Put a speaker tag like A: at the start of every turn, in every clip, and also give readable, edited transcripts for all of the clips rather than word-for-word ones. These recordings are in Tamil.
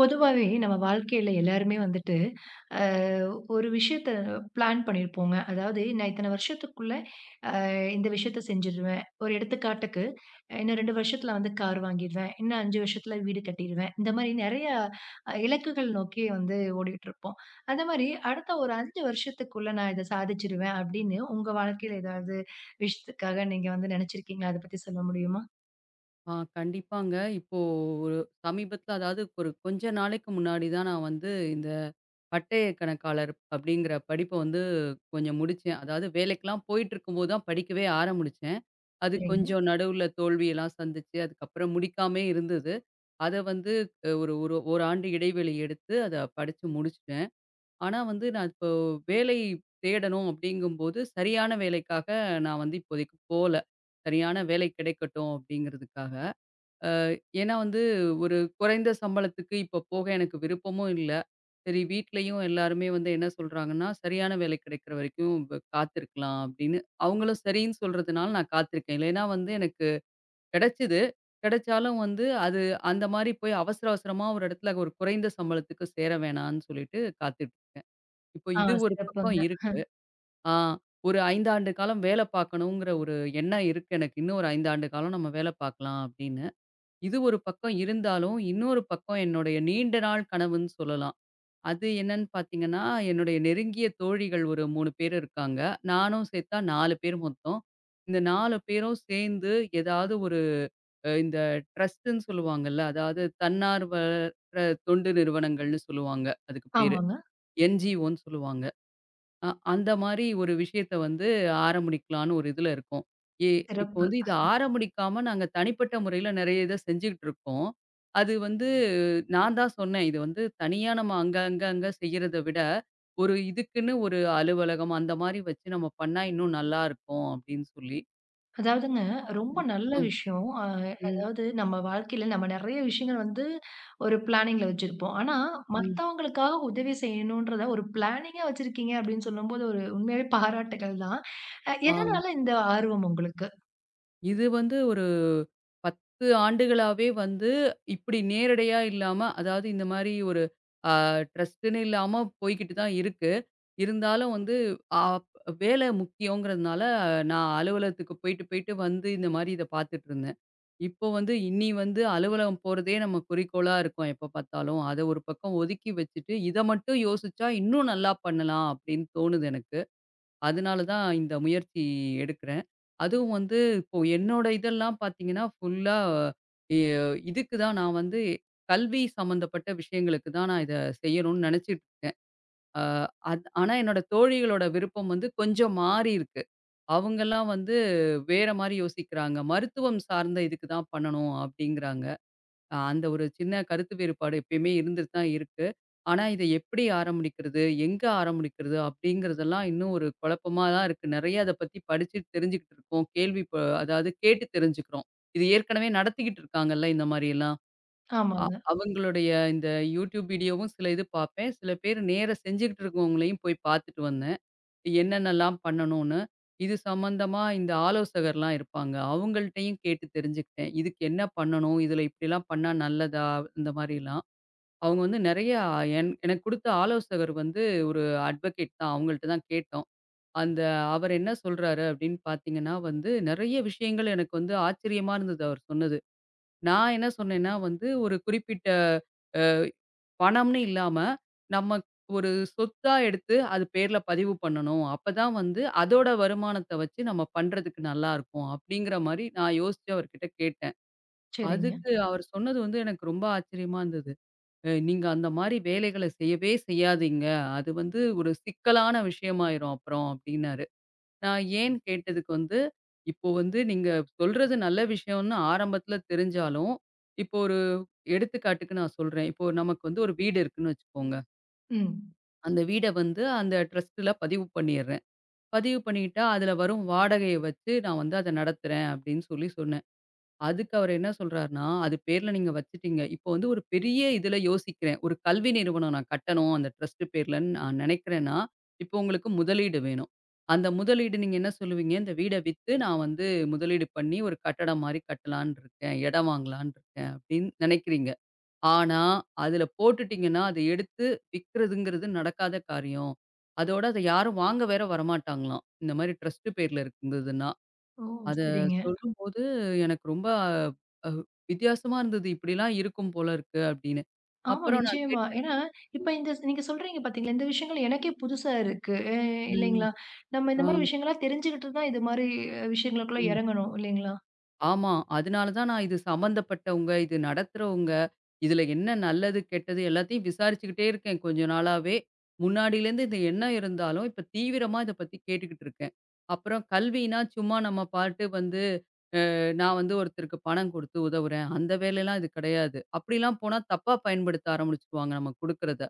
A: பொதுவாவே நம்ம வாழ்க்கையில எல்லாருமே வந்துட்டு, அ ஒரு விஷயத்த பிளான் பண்ணியிருப்போங்க. அதாவது நான் இத்தன வருஷத்துக்குள்ள அ இந்த விஷயத்த செஞ்சுருவேன். ஒரு எடுத்துக்காட்டுக்கு, இன்னும் 2 வருஷத்துல வந்து கார் வாங்கிருவேன். இன்னும் 5 வருஷத்துல வீடு கட்டிருவேன். இந்த மாரி நெறைய இலக்குகள் நோக்கி வந்து ஓடிக்கிட்டுருப்போம். அந்த மாரி அடுத்த ஒரு 5 வருஷத்துக்குள்ள நான் இத சாதிச்சுருவேன் அப்படின்னு உங்க வாழ்க்கையில ஏதாவது விஷயத்துக்காக நீங்க வந்து நெனச்சிருக்கீங்களா? அத பத்தி சொல்ல முடியுமா?
B: ஆ, கண்டிப்பாங்க. இப்போ ஒரு சமீபத்தில அதாவது ஒரு கொஞ்ச நாளைக்கு முன்னாடி தான் நான் வந்து இந்த பட்டய கணக்காளர் அப்படிங்கிற படிப்ப வந்து கொஞ்சம் முடிச்சேன். அதாவது வேலைக்கெல்லாம் போயிட்டுருக்கும்போது தான் படிக்கவே ஆரம்பிச்சேன். அது
A: சரிங்க.
B: கொஞ்சம் நடுவுல தோல்வியெல்லாம் சந்திச்சு, அதுக்கப்புறம் முடிக்காமயே இருந்தது. அத வந்து ஒரு ஒரு ஓராண்டு இடைவெளி எடுத்து அத படிச்சு முடிச்சுட்டேன். ஆனா வந்து நான் இப்போ வேலை தேடணும் அப்படிங்கும்போது, சரியான வேலைக்காக நான் வந்து இப்போதைக்கு போல. சரியான வேலை கிடைக்கட்டும் அப்படிங்கிறதுக்காக. ஏன்னா வந்து ஒரு குறைந்த சம்பளத்துக்கு இப்ப போக எனக்கு விருப்பமும் இல்ல. சரி வீட்லயும் எல்லாருமே வந்து என்ன சொல்றாங்கன்னா, "சரியான வேலை கிடைக்கிற வரைக்கும் காத்திருக்கலாம்" அப்படின்னு. அவங்களும் சரின்னு சொல்றதுனால நான் காத்திருக்கேன். இல்லைன்னா வந்து எனக்கு கிடைச்சது. கிடைச்சாலும் வந்து அது அந்த மாரி போய் அவசர அவசரமா ஒரு இடத்துல ஒரு குறைந்த சம்பளத்துக்கு சேர வேணான்னு சொல்லிட்டு காத்துட்டு இருக்கேன். இப்போ
A: ஆ,
B: இது ஒரு பக்கம்
A: சிறப்புங்க.
B: இருக்கு. ஆ, ஒரு 5 ஆண்டு காலம் வேலை பார்க்கணுங்கிற ஒரு எண்ணம் இருக்கு எனக்கு. "இன்னும் ஒரு 5 ஆண்டு காலம் நம்ம வேலை பார்க்கலாம்" அப்படின்னு. இது ஒரு பக்கம் இருந்தாலும், இன்னொரு பக்கம் என்னுடைய நீண்ட நாள் கனவுன்னு சொல்லலாம். அது என்னன்னு பார்த்தீங்கன்னா, என்னுடைய நெருங்கிய தோழிகள் ஒரு 3 பேர் இருக்காங்க. நானும் சேர்த்தா 4 பேர் மொத்தம். இந்த 4 பேரும் சேர்ந்து ஏதாவது ஒரு இந்த ட்ரஸ்ட்டுன்னு சொல்லுவாங்கல்ல, அதாவது தன்னார்வ அ தொண்டு நிறுவனங்கள்னு சொல்லுவாங்க. அதுக்கு பேரு.
A: ஆமாங்க.
B: என்ஜிஓன்னு சொல்லுவாங்க. அந்த மாரி ஒரு விஷயத்த வந்து ஆரம்பிக்கலான்னு ஒரு இதுல இருக்கோம். எ இப்போ
A: சிறப்பு.
B: வந்து இத ஆரம்பிக்காம நாங்க தனிப்பட்ட முறையில நெறைய இத செஞ்சுகிட்டு இருக்கோம். அது வந்து நான் தான் சொன்னேன். இது வந்து தனியா நம்ம அங்க, அங்க, அங்க செய்யறத விட, ஒரு இதுக்குன்னு ஒரு அலுவலகம் அந்த மாரி வச்சு நம்ம பண்ணா இன்னும் நல்லா இருக்கும் அப்படின்னு சொல்லி.
A: அதாவதுங்க, ரொம்ப நல்ல
B: அ.
A: விஷயம். அ
B: ம்.
A: அதாவது நம்ம வாழ்க்கையில நம்ம நெறைய விஷயங்கள் வந்து ஒரு பிளானிங்ல வச்சிருப்போம். ஆனா,
B: ம்.
A: மத்தவங்களுக்காக உதவி செய்யணுன்றத ஒரு பிளானிங்கா வச்சிருக்கீங்க அப்படின்னு சொல்லும்போது, ஒரு உண்மையாவே பாராட்டுக்கள் தான். அ
B: ஆ,
A: எதனால இந்த ஆர்வம் உங்களுக்கு?
B: இது வந்து ஒரு 10 ஆண்டுகளாவே வந்து இப்படி நேரடியா இல்லாம, அதாவது இந்த மாரி ஒரு அ ட்ரஸ்ட்டுன்னு இல்லாம போய்க்கிட்டு தான் இருக்கு. இருந்தாலும் வந்து அப் வேலை முக்கியங்கிறதுனால, நான் அலுவலகத்துக்கு போயிட்டு, போயிட்டு வந்து இந்த மாரி இத பார்த்துட்டு இருந்தேன். இப்போ வந்து இனி வந்து அலுவலகம் போறதே நம்ம குறிக்கோளா இருக்கோம் எப்ப பார்த்தாலும். அத ஒரு பக்கம் ஒதுக்கி வச்சுட்டு, இத மட்டும் யோசிச்சா இன்னும் நல்லா பண்ணலாம் அப்படின்னு தோணுது எனக்கு. அதனால தான் இந்த முயற்சி எடுக்கிறேன். அதுவும் வந்து இப்போ என்னோட இதெல்லாம் பார்த்தீங்கன்னா, ஃபுல்லா எ இதுக்கு தான் நான் வந்து கல்வி சம்மந்தப்பட்ட விஷயங்களுக்கு தான் நான் இத செய்யணும்னு நெனைச்சிட்டு இருக்கேன். அ அத் ஆனா என்னோட தோழிகளோட விருப்பம் வந்து கொஞ்சம் மாறி இருக்கு. அவங்கலாம் வந்து வேற மாரி யோசிக்கிறாங்க. மருத்துவம் சார்ந்த இதுக்கு தான் பண்ணணும் அப்டிங்கிறாங்க. அந்த ஒரு சின்ன கருத்து வேறுபாடு எப்பயுமே இருந்துட்டு தான் இருக்கு. ஆனா இத எப்டி ஆரம்பிக்கிறது? எங்க ஆரம்பிக்கிறது? அப்டிங்கிறதெல்லாம் இன்னும் ஒரு குழப்பமா தான் இருக்கு. நெறைய அத பத்தி படிச்சு தெரிஞ்சுக்கிட்டு இருக்கோம். கேள்வி ப அதாவது கேட்டு தெரிஞ்சுக்கிறோம். இது ஏற்கனவே நடத்திக்கிட்டு இருக்காங்கல்ல இந்த மாரியெல்லாம். அ
A: ஆமாங்க.
B: அவங்களுடைய இந்த யூடியூப் வீடியோவும் சில இது பார்ப்பேன். சில பேர் நேரா செஞ்சுகிட்டு இருக்கவங்களையும் போய் பார்த்துட்டு வந்தேன். என்னென்னலாம் பண்ணணும்னு. இது சம்மந்தமா இந்த ஆலோசகர்லாம் இருப்பாங்க. அவங்கள்ட்டயும் கேட்டு தெரிஞ்சுக்கிட்டேன். இதுக்கு என்ன பண்ணணும்? இதில இப்படிலாம் பண்ணா நல்லதா? இந்த மாரிலாம். அவங்க வந்து நெறையா எனக்கு குடுத்த ஆலோசகர் வந்து ஒரு அட்வொகேட் தான். அவங்கள்ட்ட தான் கேட்டோம். அந்த அவர் என்ன சொல்றாரு அப்படின்னு பார்த்தீங்கன்னா வந்து, நெறைய விஷயங்கள் எனக்கு வந்து ஆச்சரியமா இருந்தது அவர் சொன்னது. நான் என்ன சொன்னேன்னா வந்து, ஒரு குறிப்பிட்ட பணம்னு இல்லாம, நம்ம ஒரு சொத்தா எடுத்து அது பேர்ல பதிவு பண்ணணும். அப்பதான் வந்து அதோட வருமானத்த வச்சு நம்ம பண்றதுக்கு நல்லாருக்கும். அப்படிங்கிற மாரி நான் யோசிச்சு அவர்கிட்ட கேட்டேன்.
A: சரிங்க.
B: அதுக்கு அவர் சொன்னது வந்து எனக்கு ரொம்ப ஆச்சரியமா இருந்தது. நீங்க அந்த மாரி வேலைகள செய்யவே செய்யாதீங்க. அது வந்து ஒரு சிக்கலான விஷயமாயிரும் அப்புறம்" அப்படின்னாரு. நான் ஏன்னு கேட்டதுக்கு வந்து, இப்போ வந்து நீங்க சொல்றது நல்ல விஷயம்னு ஆரம்பத்துல தெரிஞ்சாலும், இப்போ ஒரு எடுத்துக்காட்டுக்கு நான் சொல்றேன். இப்போ நமக்கு வந்து ஒரு வீடு இருக்குன்னு வச்சுக்கோங்க.
A: ம்.
B: அந்த வீட வந்து அந்த ட்ரஸ்ட்ல பதிவு பண்ணிடுறேன். பதிவு பண்ணிட்டா, அதில வரும் வாடகைய வச்சு நான் வந்து அத நடத்துறேன் அப்படின்னு சொல்லி சொன்னேன். அதுக்கு அவரு என்ன சொல்றாருன்னா, "அது பேர்ல நீங்க வச்சுட்டீங்க. இப்போ வந்து ஒரு பெரிய இதுல யோசிக்கிறேன். ஒரு கல்வி நிறுவனம் நான் கட்டணும் அந்த ட்ரஸ்ட் பேர்லன்னு நான் நினைக்கிறேன்னா, இப்போ உங்களுக்கு முதலீடு வேணும். அந்த முதலீடு நீங்க என்ன சொல்லுவீங்க? இந்த வீட வித்து நான் வந்து முதலீடு பண்ணி ஒரு கட்டடம் மாரி கட்டலான்னு இருக்கேன். இடம் வாங்கலான்னு இருக்கேன்" அப்படின்னு நினைக்கிறீங்க. ஆனா, அதுல போட்டுட்டீங்கன்னா, அத எடுத்து விக்கிறதுங்கிறது நடக்காத காரியம். அதோட அத யாரும் வாங்க வேற வரமாட்டாங்களாம். இந்த மாரி ட்ரஸ்ட் பேர்ல இருந்ததுன்னா.
A: ஓ!
B: அத
A: சரிங்க.
B: சொல்லும்போது எனக்கு ரொம்ப அ வித்தியாசமா இருந்தது. இப்படிலாம் இருக்கும் போல இருக்கு அப்படின்னு.
A: ஆமா,
B: அப்புறம் நான்
A: நிச்சயமா.
B: கேட்டேன்.
A: ஏன்னா, இப்ப இந்த நீங்க சொல்றீங்க பார்த்தீங்களா, இந்த விஷயங்கள் எனக்கே புதுசா இருக்கு. அ
B: ம்.
A: இல்லைங்களா? நம்ம இந்த மாரி விஷயங்கள்லாம் தெரிஞ்சுக்கிட்டு தான் இது மாரி விஷயங்களுக்குள்ள
B: ஆ.
A: இறங்கணும் இல்லைங்களா?
B: ஆமா. அதனால தான் நான் இது சம்மந்தப்பட்டவங்க, இது நடத்துறவங்க, இதுல என்ன நல்லது, கெட்டது எல்லாத்தையும் விசாரிச்சுக்கிட்டே இருக்கேன் கொஞ்ச நாளாவே. முன்னாடியிலேருந்து இந்த எண்ணம் இருந்தாலும், இப்ப தீவிரமா இத பத்தி கேட்டுக்கிட்டு இருக்கேன். அப்புறம் கல்வினா சும்மா நம்ம பாட்டு வந்து நான் வந்து ஒருத்தருக்கு பணம் குடுத்து உதவுறேன். அந்த வேலைலாம் இது கிடையாது. அப்படிலாம் போனா தப்பா பயன்படுத்த ஆரம்பிச்சுருவாங்க நம்ம குடுக்குறத.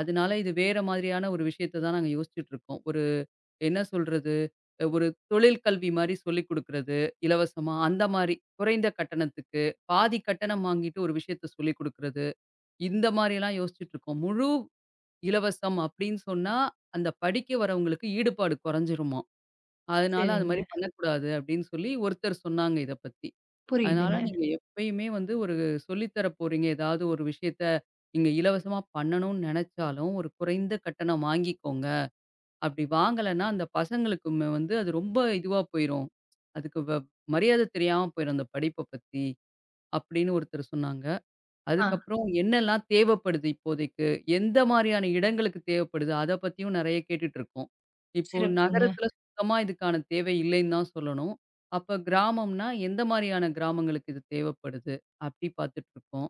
B: அதனால இது வேற மாதிரியான ஒரு விஷயத்த தான் நாங்க யோசிச்சுட்டு இருக்கோம். ஒரு என்ன சொல்றது? ஒரு தொழில் கல்வி மாரி சொல்லிக் குடுக்குறது, இலவசமா அந்த மாரி. குறைந்த கட்டணத்துக்கு, பாதி கட்டணம் வாங்கிட்டு ஒரு விஷயத்த சொல்லிக் குடுக்குறது. இந்த மாரியெல்லாம் யோசிச்சுட்டு இருக்கோம். முழு இலவசம் அப்படின்னு சொன்னா, அந்த படிக்க வரவங்களுக்கு ஈடுபாடு குறைஞ்சிருமாம். அதனால அது மாரி
A: சரிங்க.
B: பண்ணக்கூடாது அப்படின்னு சொல்லி ஒருத்தர் சொன்னாங்க இத பத்தி. அதனால
A: புரியுதுங்க.
B: நீங்க எப்பயுமே வந்து ஒரு சொல்லி தர போறீங்க, ஏதாவது ஒரு விஷயத்த நீங்க இலவசமா பண்ணணும்னு நெனச்சாலும், ஒரு குறைந்த கட்டணம் வாங்கிக்கோங்க. அப்படி வாங்கலன்னா, அந்த பசங்களுக்குமே வந்து அது ரொம்ப இதுவா போயிரும். அதுக்கு மரியாதை தெரியாம போயிரும் அந்த படிப்ப பத்தி. அப்படின்னு ஒருத்தர் சொன்னாங்க.
A: ஆ.
B: அதுக்கப்புறம் என்னெல்லாம் தேவைப்படுது இப்போதைக்கு? எந்த மாரியான இடங்களுக்கு தேவைப்படுது? அத பத்தியும் நெறைய கேட்டுட்டு இருக்கோம். இப்போ
A: சிறப்புங்க.
B: நகரத்துல சுத்தமா இதுக்கான தேவை இல்லைன்னு தான் சொல்லணும். அப்ப கிராமம்னா எந்த மாரியான கிராமங்களுக்கு இது தேவைப்படுது? அப்படி பார்த்துட்டு இருக்கோம்.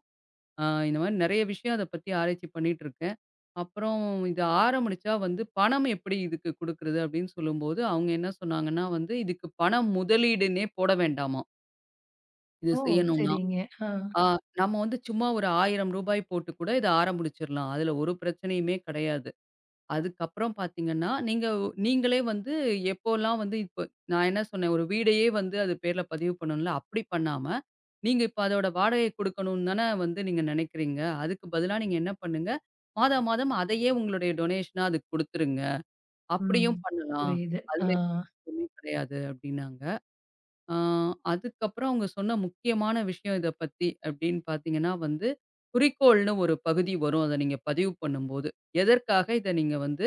B: ஆ, இந்த மாதிரி நெறைய விஷயம் அத பத்தி ஆராய்ச்சி பண்ணிட்டு இருக்கேன். அப்புறம் இது ஆரம்பிச்சா வந்து பணம் எப்படி இதுக்கு குடுக்குறது அப்படின்னு சொல்லும்போது, அவங்க என்ன சொன்னாங்கன்னா வந்து, "இதுக்கு பணம் முதலீடுன்னே போட வேண்டாமாம். இது
A: ஓ!
B: செய்யணும்னா.
A: சரிங்க. ஆ.
B: ஆ, நம்ம வந்து சும்மா ஒரு ரூ. 1000 போட்டு கூட இத ஆரம்பிச்சிரலாம். அதுல ஒரு பிரச்சனையுமே கிடையாது." அதுக்கப்புறம் பார்த்தீங்கன்னா, நீங்க நீங்களே வந்து எப்போலாம் வந்து இப்ப நான் என்ன சொன்னேன், ஒரு வீடையே வந்து அது பேர்ல பதிவு பண்ணணும்ல, அப்படி பண்ணாம, நீங்க இப்ப அதோட வாடகை குடுக்கணும்னு தானே வந்து நீங்க நெனைக்கிறீங்க. அதுக்கு பதிலா நீங்க என்ன பண்ணுங்க, மாதா மாதம் அதையே உங்களுடைய டொனேஷனா அதுக்கு குடுத்துருங்க.
A: ம்.
B: அப்படியும் பண்ணலாம்.
A: புரியுது. ஆ.
B: அதுல எதுவுமே கிடையாது" அப்படின்னாங்க. ஆ, அதுக்கப்புறம் அவங்க சொன்ன முக்கியமான விஷயம் இத பத்தி அப்படின்னு பார்த்தீங்கன்னா வந்து, குறிக்கோள்னு ஒரு பகுதி வரும். அத நீங்க பதிவு பண்ணும்போது. எதற்காக இத நீங்க வந்து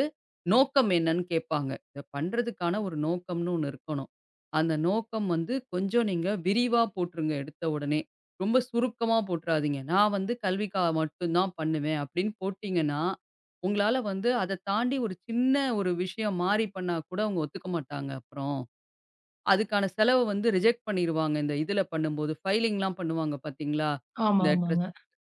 B: நோக்கம் என்னன்னு கேட்பாங்க. இத பண்றதுக்கான ஒரு நோக்கம்னு ஒண்ணு இருக்கணும். அந்த நோக்கம் வந்து கொஞ்சம் நீங்க விரிவா போட்ருங்க எடுத்த உடனே. ரொம்ப சுருக்கமா போட்றாதீங்க. நான் வந்து கல்விக்காக மட்டும் தான் பண்ணுவேன் அப்படின்னு போட்டீங்கன்னா, உங்களால வந்து அத தாண்டி ஒரு சின்ன ஒரு விஷயம் மாறி பண்ணா கூட அவங்க ஒத்துக்க மாட்டாங்க அப்புறம். அதுக்கான செலவ வந்து ரிஜெக்ட் பண்ணிருவாங்க. இந்த இதுல பண்ணும்போது, ஃபைலிங்லாம் பண்ணுவாங்க பார்த்தீங்களா?
A: ஆமா,
B: இந்த
A: ஆமாங்க.
B: ட்ரஸ்ட்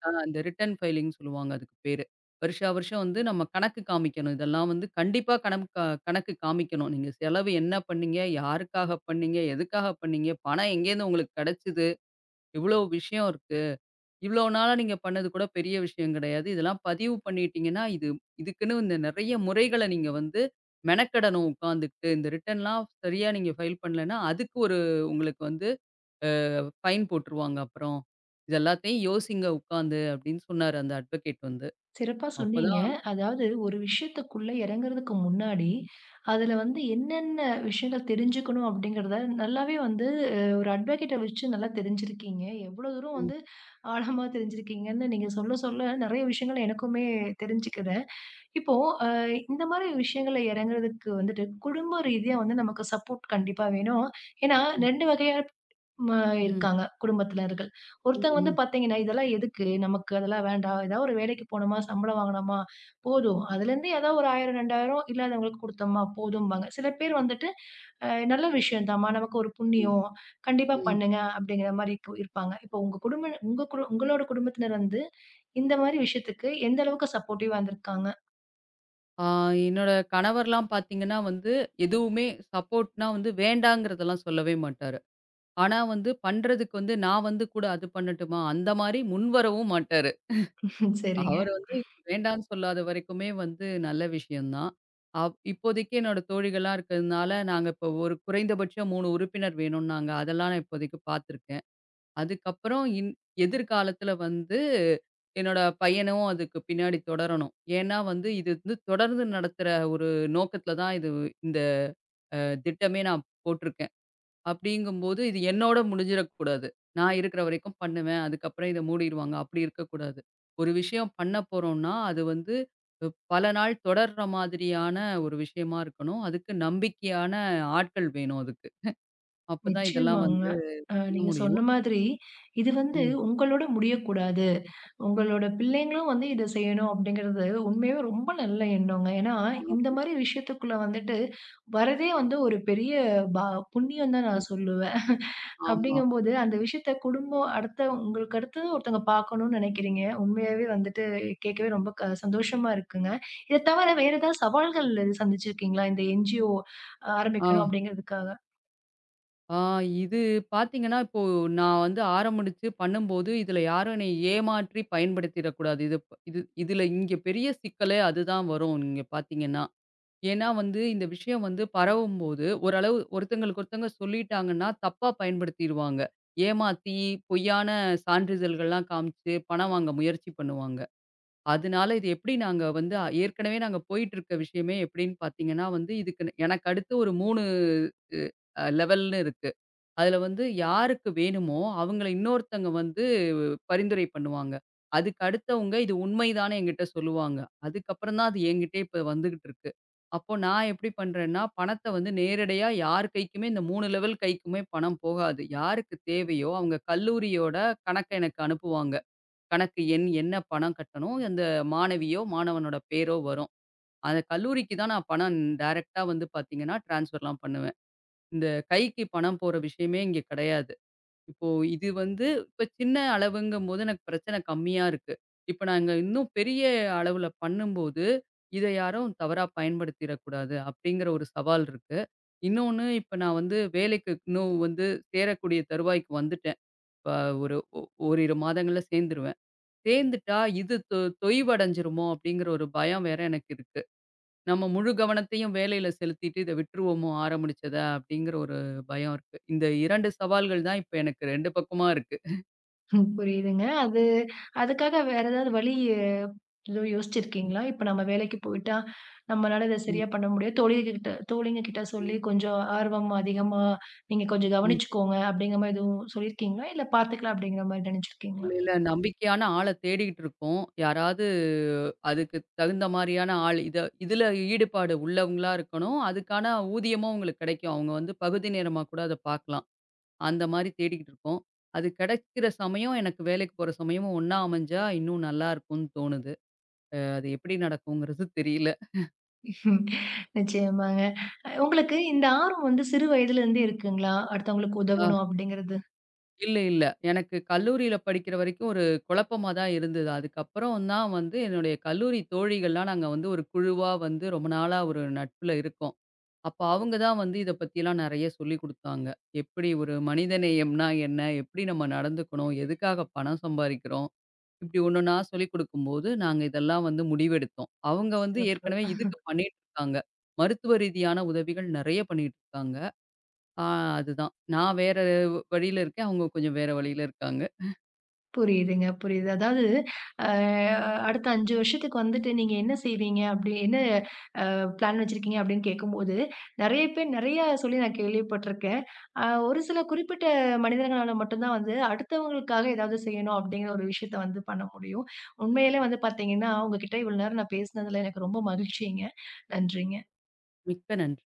B: ஆ, இந்த ரிட்டர்ன் ஃபைலிங்ன்னு சொல்லுவாங்க அதுக்கு பேரு. வருஷா வருஷம் வந்து நம்ம கணக்கு காமிக்கணும். இதெல்லாம் வந்து கண்டிப்பா கணம் க கணக்கு காமிக்கணும். நீங்க செலவு என்ன பண்ணீங்க? யாருக்காக பண்ணீங்க? எதுக்காக பண்ணீங்க? பணம் எங்கேருந்து உங்களுக்கு கெடைச்சது? இவ்வளோ விஷயம் இருக்கு. இவ்வளோ நாளா நீங்க பண்ணது கூட பெரிய விஷயம் கிடையாது. இதெல்லாம் பதிவு பண்ணிட்டீங்கன்னா, இது இதுக்குன்னு இந்த நெறைய முறைகள நீங்க வந்து மெனக்கெடணும் உட்காந்துக்கிட்டு. இந்த ரிட்டர்ன்லாம் சரியா நீங்க ஃபைல் பண்ணலன்னா, அதுக்கு ஒரு உங்களுக்கு வந்து அ ஃபைன் போட்டுருவாங்க அப்புறம். இது எல்லாத்தையும் யோசிங்க உட்காந்து அப்படின்னு சொன்னாரு அந்த அட்வொகேட் வந்து.
A: சிறப்பா சொன்னீங்க.
B: அப்பதான்.
A: அதாவது ஒரு விஷயத்துக்குள்ள இறங்குறதுக்கு முன்னாடி, அதுல வந்து என்னென்ன விஷயங்கள் தெரிஞ்சுக்கணும் அப்படிங்கிறத நல்லாவே வந்து ஒரு அட்வொகேட்ட வச்சு நல்லா தெரிஞ்சிருக்கீங்க. எவ்வளோ தூரம்
B: ம்,
A: வந்து ஆழமா தெரிஞ்சிருக்கீங்கன்னு நீங்க சொல்ல சொல்ல நெறைய விஷயங்கள் எனக்குமே தெரிஞ்சுக்கிறேன். இப்போ அ இந்த மாரி விஷயங்கள்ல இறங்குறதுக்கு வந்துட்டு குடும்ப ரீதியா வந்து நமக்கு சப்போர்ட் கண்டிப்பா வேணும். ஏன்னா
B: ம்,
A: 2 வகையா ம
B: ம்,
A: இருக்காங்க குடும்பத்தினர்கள்.
B: ம்,
A: ஒருத்தவங்க வந்து
B: ம்,
A: பார்த்தீங்கன்னா, "இதெல்லாம் எதுக்கு? நமக்கு அதெல்லாம் வேண்டாம். ஏதாவது ஒரு வேலைக்கு போனோமா, சம்பளம் வாங்குனோமா போதும். அதுலேருந்து ஏதோ ஒரு 1000, 2000 இல்லாதவங்களுக்கு குடுத்தோமா போதும்பாங்க." சில பேர் வந்துட்டு, நல்ல விஷயம் தாம்மா. நமக்கு ஒரு
B: ம்.
A: புண்ணியம். கண்டிப்பா
B: ம்.
A: பண்ணுங்க." அப்படிங்கிற மாரி இக்கு இருப்பாங்க. இப்போ உங்களோட குடும்பத்தினர் வந்து இந்த மாரி விஷயத்துக்கு எந்த அளவுக்கு சப்போர்ட்டிவா இருந்திருக்காங்க?
B: ஆ, என்னோட கணவர்லாம் பார்த்தீங்கன்னா வந்து, எதுவுமே சப்போர்ட்னா வந்து வேண்டாங்கிறதெல்லாம் சொல்லவே மாட்டாரு. ஆனா வந்து பண்றதுக்கு வந்து நான் வந்து கூட அது பண்ணட்டுமா? அந்த மாரி முன்வரவும் மாட்டாரு.
A: ம், சரிங்க.
B: அவர் வந்து இதுக்கு வேண்டான்னு சொல்லாத வரைக்குமே வந்து நல்ல விஷயம் தான். இப்போதைக்கு என்னோட தோழிகள்லாம் இருக்கிறதுனால, நாங்க இப்போ ஒரு குறைந்தபட்சம் 3 உறுப்பினர் வேணும்னாங்க. அதெல்லாம் நான் இப்போதைக்கு பார்த்துருக்கேன். அதுக்கப்புறம் எதிர்காலத்தில வந்து என்னோட பையனும் அதுக்கு பின்னாடி தொடரணும். ஏன்னா வந்து இது வந்து தொடர்ந்து நடத்துற ஒரு நோக்கத்தில தான் இது இந்த அ திட்டமே நான் போட்டிருக்கேன். அப்படிங்கும்போது இது என்னோட முடிஞ்சிடக்கூடாது. நான் இருக்கிற வரைக்கும் பண்ணுவேன். அதுக்கப்புறம் இத மூடிருவாங்க. அப்படி இருக்கக்கூடாது. ஒரு விஷயம் பண்ண போறோம்னா, அது வந்து அ பல நாள் தொடர்ற மாதிரியான ஒரு விஷயமா இருக்கணும். அதுக்கு நம்பிக்கையான ஆட்கள் வேணும் அதுக்கு. அப்பதான் இதெல்லாம்
A: நிச்சயமாங்க.
B: வந்து
A: அ
B: பண்ண
A: நீங்க சொன்ன
B: முடியும்.
A: மாதிரி, இது வந்து
B: ம்.
A: உங்களோட முடியக்கூடாது. உங்களோட பிள்ளைங்களும் வந்து இத செய்யணும் அப்படிங்கிறது உண்மையாவே ரொம்ப நல்ல எண்ணங்க. ஏன்னா,
B: ஆமா.
A: இந்த மாரி விஷயத்துக்குள்ள வந்துட்டு வரதே வந்து ஒரு பெரிய பா புண்ணியம் தான்
B: ம்.
A: நான் சொல்லுவேன்.
B: ஆமா.
A: அப்படிங்கும்போது அந்த விஷயத்த குடும்பம் அடுத்த உங்களுக்கு அடுத்தது ஒருத்தவங்க பார்க்கணும்னு நினைக்கிறீங்க. உண்மையாவே வந்துட்டு கேட்கவே ரொம்ப சந்தோஷமா இருக்குங்க. இத தவிர வேற ஏதாவது சவால்கள் சந்திச்சிருக்கீங்களா? இந்த என்ஜிஓ
B: ஆ.
A: ஆரம்பிக்கணும் அப்படிங்கிறதுக்காக?
B: ஆ இது பார்த்தீங்கன்னா, இப்போ நான் வந்து ஆரம்பிச்சு பண்ணும்போது, இதுல யாரும் என்னை ஏமாற்றி பயன்படுத்திறக்கூடாது. இது இதுல இங்க பெரிய சிக்கலே அதுதான் வரும். நீங்க பார்த்தீங்கன்னா. ஏன்னா வந்து இந்த விஷயம் வந்து பரவும்போது ஓரளவு ஒருத்தங்களுக்கு ஒருத்தங்க சொல்லிட்டாங்கன்னா தப்பா பயன்படுத்திடுவாங்க. ஏமாத்தி பொய்யான சான்றிதழ்கள்லாம் காமிச்சு பணம் வாங்க முயற்சி பண்ணுவாங்க. அதனால இது எப்படி நாங்க வந்து ஏற்கனவே நாங்க போயிட்டு இருக்க விஷயமே எப்படின்னு பார்த்தீங்கன்னா வந்து இதுக்கு எனக்கு அடுத்து ஒரு 3 லெவல்னு இருக்கு. அதுல வந்து யாருக்கு வேணுமோ, அவங்கள இன்னொருத்தங்க வந்து பரிந்துரை பண்ணுவாங்க. அதுக்கு அடுத்தவங்க இது உண்மைதான்னு என்கிட்ட சொல்லுவாங்க. அதுக்கப்புறம் தான் அது என்கிட்டயே இப்ப வந்துகிட்டு இருக்கு. அப்போ நான் எப்படி பண்றேன்னா, பணத்த வந்து நேரடியா யார் கைக்குமே இந்த 3 லெவல் கைக்குமே பணம் போகாது. யாருக்கு தேவையோ அவங்க கல்லூரியோட கணக்க எனக்கு அனுப்புவாங்க. கணக்கு எண் என்ன பணம் கட்டணும், அந்த மாணவியோ, மாணவனோட பேரோ வரும். அந்த கல்லூரிக்கு தான் நான் பணம் டைரக்ட்டா வந்து பார்த்தீங்கன்னா, ட்ரான்ஸ்ஃபர்லாம் பண்ணுவேன். இந்த கைக்கு பணம் போற விஷயமே இங்க கிடையாது. இப்போ இது வந்து இப்ப சின்ன அளவுங்கும்போது எனக்கு பிரச்சனை கம்மியா இருக்கு. இப்ப நாங்க இன்னும் பெரிய அளவுல பண்ணும்போது, இத யாரும் தவறா பயன்படுத்திறக்கூடாது அப்படிங்கிற ஒரு சவால் இருக்கு. இன்னொன்னு இப்ப நான் வந்து வேலைக்கு இன்னும் வந்து சேரக்கூடிய தருவாய்க்கு வந்துட்டேன். இப்ப ஒரு ஒ ஓரிரு மாதங்கள்ல சேர்ந்துருவேன். சேர்ந்துட்டா இது தொய்வடைஞ்சிருமோ அப்படிங்கிற ஒரு பயம் வேற எனக்கு இருக்கு. நம்ம முழு கவனத்தையும் வேலையில செலுத்திட்டு இத விட்டுருவோமோ ஆரம்பிச்சத அப்படிங்கிற ஒரு பயம் இருக்கு. இந்த 2 சவால்கள் தான் இப்ப எனக்கு 2 பக்கமா இருக்கு.
A: ம். புரியுதுங்க. அதுக்காக வேற ஏதாவது வழி எதுவும்
B: ம்,
A: யோசிச்சிருக்கீங்களா? இப்ப நம்ம வேலைக்கு போயிட்டா, நம்மளால இத
B: ம்,
A: சரியா பண்ண முடியாது. தோழிங்க கிட்ட
B: ம்,
A: சொல்லி கொஞ்சம் ஆர்வம் அதிகமா நீங்க கொஞ்சம்
B: ம்.
A: கவனிச்சுக்கோங்க அப்படிங்கிற மாரி எதுவும் சொல்லியிருக்கீங்களா? இல்ல பார்த்துக்கலாம் அப்படிங்கிற மாரி நினைச்சிருக்கீங்களா?
B: இல்ல, இல்ல. நம்பிக்கையான ஆள தேடிக்கிட்டு இருக்கோம். யாராவது அதுக்கு தகுந்த மாரியான ஆள். இத இதுல ஈடுபாடு உள்ளவங்களா இருக்கணும். அதுக்கான ஊதியமும் அவங்களுக்கு கிடைக்கும். அவங்க வந்து பகுதி நேரமா கூட அத பார்க்கலாம். அந்த மாரி தேடிக்கிட்டு இருக்கோம். அது கிடைக்கிற சமயம், எனக்கு வேலைக்கு போற சமயமும் ஒண்ணா அமைஞ்சா, இன்னும் நல்லா இருக்கும்னு தோணுது. அது எப்படி நடக்குங்கிறது தெரியல.
A: ம், நிச்சயமாங்க. அ உங்களுக்கு இந்த ஆர்வம் வந்து சிறு வயதிலிருந்தே இருக்குங்களா? அடுத்தவங்களுக்கு உதவணும் அப்படிங்கிறது?
B: இல்ல, இல்ல. எனக்கு கல்லூரியில படிக்கிற வரைக்கும் ஒரு குழப்பமா தான் இருந்தது. அதுக்கப்புறம் தான் வந்து என்னுடைய கல்லூரி தோழிகள்லாம் நாங்க வந்து ஒரு குழுவா வந்து ரொம்ப நாளா ஒரு நட்புல இருக்கோம். அப்ப அவங்க தான் வந்து இத பத்திலாம் நெறைய சொல்லிக் குடுத்தாங்க. எப்படி ஒரு மனிதநேயம்னா என்ன? எப்படி நம்ம நடந்துக்கணும்? எதுக்காக பணம் சம்பாரிக்கிறோம்? இப்படி ஒன்னொன்னா சொல்லிக் குடுக்கும்போது, நாங்க இதெல்லாம் வந்து முடிவெடுத்தோம். அவங்க வந்து
A: சிறப்பு.
B: ஏற்கனவே இதுக்கு பண்ணிட்டு இருக்காங்க. மருத்துவ ரீதியான உதவிகள் நெறைய பண்ணிட்டு இருக்காங்க. ஆ, அதுதான். நான் வேற வழியில இருக்கேன். அவங்க கொஞ்சம் வேற வழியில இருக்காங்க.
A: புரியுதுங்க, புரியுது. அதாவது, அ அடுத்த 5 வருஷத்துக்கு வந்துட்டு நீங்க என்ன செய்வீங்க? அப்படி என்ன பிளான் வச்சிருக்கீங்க அப்படின்னு கேட்கும்போது, நெறைய பேர் நெறைய சொல்லி நான் கேள்விப்பட்டுருக்கேன். அ ஒரு சில குறிப்பிட்ட மனிதர்களால மட்டும் தான் வந்து அடுத்தவங்களுக்காக ஏதாவது செய்யணும் அப்படிங்கிற ஒரு விஷயத்த வந்து பண்ண முடியும். உண்மையிலே வந்து பார்த்தீங்கன்னா, உங்ககிட்ட இவ்வளோ நேரம் நான் பேசினதுல எனக்கு ரொம்ப மகிழ்ச்சிங்க. நன்றிங்க.
B: மிக்க நன்றி.